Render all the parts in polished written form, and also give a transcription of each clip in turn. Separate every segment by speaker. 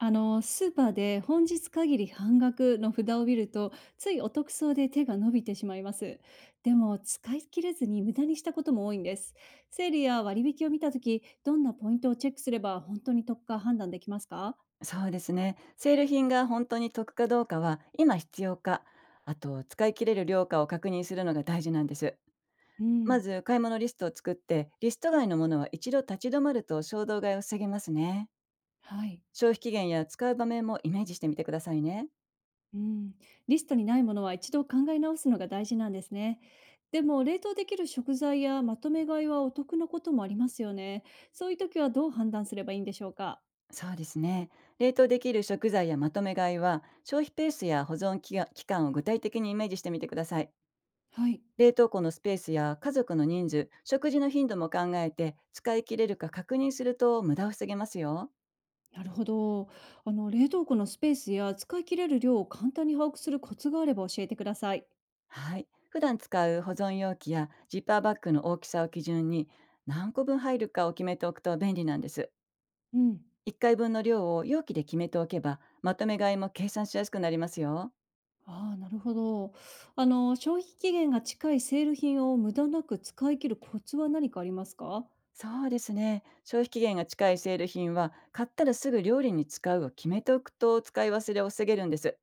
Speaker 1: スーパーで本日限り半額の札を見ると、ついお得そうで手が伸びてしまいます。でも、使い切れずに無駄にしたことも多いんです。セールや割引を見たとき、どんなポイントをチェックすれば本当に得か判断できますか？
Speaker 2: そうですね。セール品が本当に得かどうかは、今必要か、あと使い切れる量かを確認するのが大事なんです。
Speaker 1: う
Speaker 2: ま
Speaker 1: ん。
Speaker 2: ず買い物リストを作って、リスト外のものは一度立ち止まると衝動買いを防げますね。
Speaker 1: はい。
Speaker 2: 消費期限や使う場面もイメージしてみてくださいね。
Speaker 1: うん。リストにないものは一度考え直すのが大事なんですね。でも、冷凍できる食材やまとめ買いはお得なこともありますよね。そういう時はどう判断すればいいんでしょうか？
Speaker 2: そうですね。冷凍できる食材やまとめ買いは、消費ペースや保存期が期間を具体的にイメージしてみてください。
Speaker 1: はい。
Speaker 2: 冷凍庫のスペースや家族の人数、食事の頻度も考えて使い切れるか確認すると無駄を防げますよ。
Speaker 1: なるほど。冷凍庫のスペースや使い切れる量を簡単に把握するコツがあれば教えてください。
Speaker 2: はい。普段使う保存容器やジッパーバッグの大きさを基準に、何個分入るかを決めておくと便利なんです。
Speaker 1: うん。
Speaker 2: 1回分の量を容器で決めておけば、まとめ買いも計算しやすくなりますよ。
Speaker 1: ああ、なるほど。消費期限が近いセール品を無駄なく使い切るコツは何かありますか？
Speaker 2: そうですね。消費期限が近いセール品は、買ったらすぐ料理に使うを決めておくと使い忘れを防げるんです。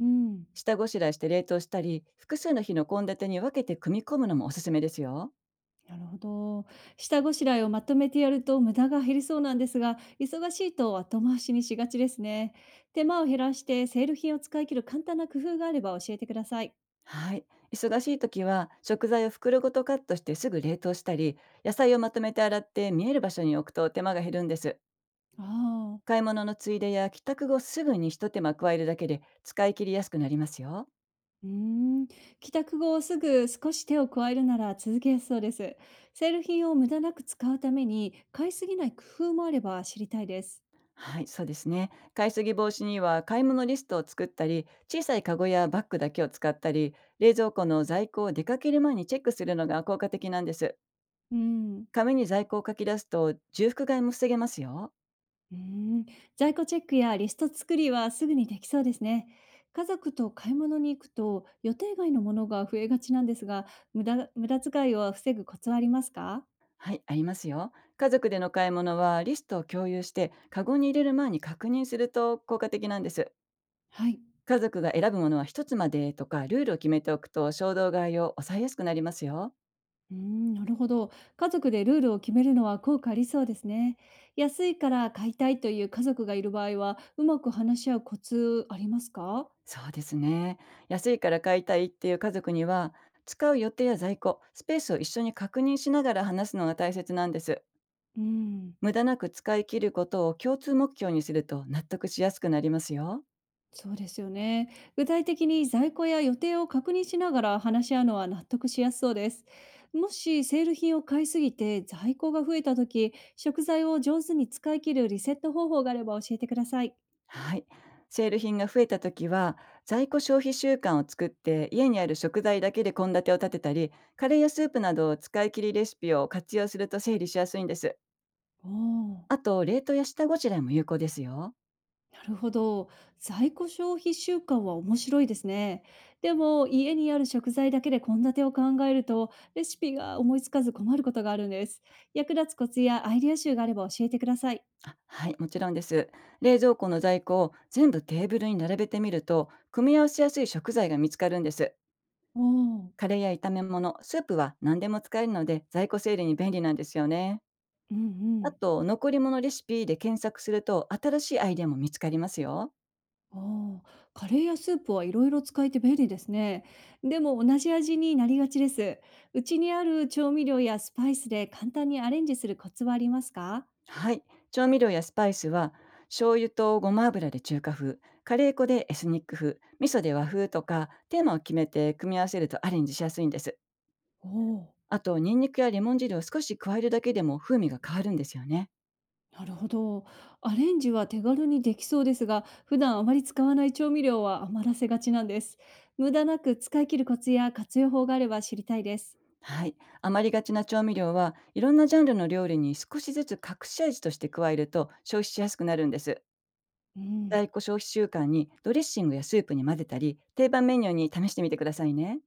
Speaker 1: うん。
Speaker 2: 下ごしらえして冷凍したり、複数の日の献立に分けて組み込むのもおすすめですよ。
Speaker 1: なるほど。下ごしらえをまとめてやると無駄が減りそうなんですが、忙しいと後回しにしがちですね。手間を減らしてセール品を使い切る簡単な工夫があれば教えてください。
Speaker 2: はい。忙しい時は、食材を袋ごとカットしてすぐ冷凍したり、野菜をまとめて洗って見える場所に置くと手間が減るんです。
Speaker 1: ああ。
Speaker 2: 買い物のついでや帰宅後すぐに一手間加えるだけで使い切りやすくなりますよ。
Speaker 1: うーん。帰宅後すぐ少し手を加えるなら続けやすそうです。セール品を無駄なく使うために買いすぎない工夫もあれば知りたいです。
Speaker 2: はい、そうですね。買いすぎ防止には、買い物リストを作ったり、小さいカゴやバッグだけを使ったり、冷蔵庫の在庫を出かける前にチェックするのが効果的なんです。
Speaker 1: うん。
Speaker 2: 紙に在庫を書き出すと重複買いも防げますよ。
Speaker 1: うーん。在庫チェックやリスト作りはすぐにできそうですね。家族と買い物に行くと予定外のものが増えがちなんですが、無駄遣いを防ぐコツはありますか？
Speaker 2: はい、ありますよ。家族での買い物はリストを共有して、カゴに入れる前に確認すると効果的なんです。
Speaker 1: はい。
Speaker 2: 家族が選ぶものは一つまでとか、ルールを決めておくと衝動買いを抑えやすくなりますよ。
Speaker 1: うーん、なるほど。家族でルールを決めるのは効果ありそうですね。安いから買いたいという家族がいる場合は、うまく話し合うコツありますか？
Speaker 2: そうですね。安いから買いたいっていう家族には、使う予定や在庫、スペースを一緒に確認しながら話すのが大切なんです。
Speaker 1: うん。
Speaker 2: 無駄なく使い切ることを共通目標にすると、納得しやすくなりますよ。
Speaker 1: そうですよね。具体的に在庫や予定を確認しながら話し合うのは納得しやすそうです。もしセール品を買いすぎて在庫が増えた時、食材を上手に使い切るリセット方法があれば教えてください。
Speaker 2: はい。セール品が増えた時は、在庫消費習慣を作って、家にある食材だけで献立を立てたり、カレーやスープなどを使い切りレシピを活用すると整理しやすいんです。
Speaker 1: おー。
Speaker 2: あと、冷凍や下ごしらえも有効ですよ。
Speaker 1: なるほど。在庫消費習慣は面白いですね。でも家にある食材だけで献立を考えるとレシピが思いつかず困ることがあるんです。役立つコツやアイデア集があれば教えてください。
Speaker 2: はい、もちろんです。冷蔵庫の在庫を全部テーブルに並べてみると、組み合わせやすい食材が見つかるんです。
Speaker 1: おー。
Speaker 2: カレーや炒め物、スープは何でも使えるので、在庫整理に便利なんですよね。
Speaker 1: うんう
Speaker 2: あ
Speaker 1: ん。
Speaker 2: と、残り物レシピで検索すると、新しいアイデアも見つかりますよ。
Speaker 1: おお、カレーやスープはいろいろ使えて便利ですね。でも同じ味になりがちです。うちにある調味料やスパイスで簡単にアレンジするコツはありますか？
Speaker 2: はい。調味料やスパイスは、醤油とごま油で中華風、カレー粉でエスニック風、味噌で和風とか、テーマを決めて組み合わせるとアレンジしやすいんです。
Speaker 1: おおー。
Speaker 2: あと、ニンニクやレモン汁を少し加えるだけでも風味が変わるんですよね。
Speaker 1: なるほど。アレンジは手軽にできそうですが、普段あまり使わない調味料は余らせがちなんです。無駄なく使い切るコツや活用法があれば知りたいです。
Speaker 2: はい。余りがちな調味料は、いろんなジャンルの料理に少しずつ隠し味として加えると消費しやすくなるんです。
Speaker 1: うん。
Speaker 2: 在庫消費習慣に、ドレッシングやスープに混ぜたり、定番メニューに試してみてくださいね。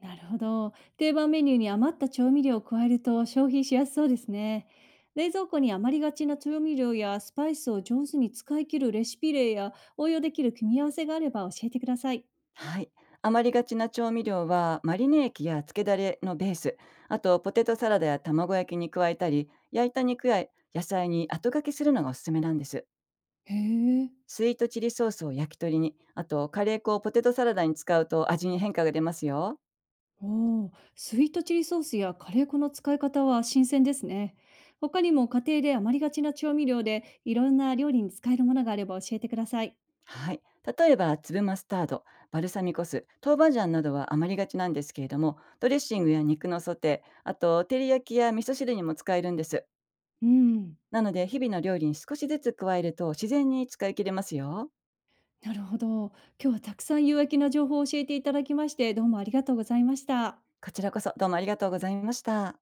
Speaker 1: なるほど。定番メニューに余った調味料を加えると消費しやすそうですね。冷蔵庫に余りがちな調味料やスパイスを上手に使い切るレシピ例や応用できる組み合わせがあれば教えてください。
Speaker 2: はい。余りがちな調味料は、マリネ液や漬けだれのベース、あとポテトサラダや卵焼きに加えたり、焼いた肉や野菜に後掛けするのがおすすめなんです。
Speaker 1: へえ。
Speaker 2: スイートチリソースを焼き鳥に、あとカレー粉をポテトサラダに使うと味に変化が出ますよ。
Speaker 1: おお、スイートチリソースやカレー粉の使い方は新鮮ですね。他にも家庭で余りがちな調味料でいろんな料理に使えるものがあれば教えてください。
Speaker 2: はい。例えば粒マスタード、バルサミコ酢、豆板醤などは余りがちなんですけれども、ドレッシングや肉のソテー、あと照り焼きや味噌汁にも使えるんです。
Speaker 1: うん、
Speaker 2: なので、日々の料理に少しずつ加えると自然に使い切れますよ。
Speaker 1: なるほど。今日はたくさん有益な情報を教えていただきまして、どうもありがとうございました。
Speaker 2: こちらこそどうもありがとうございました。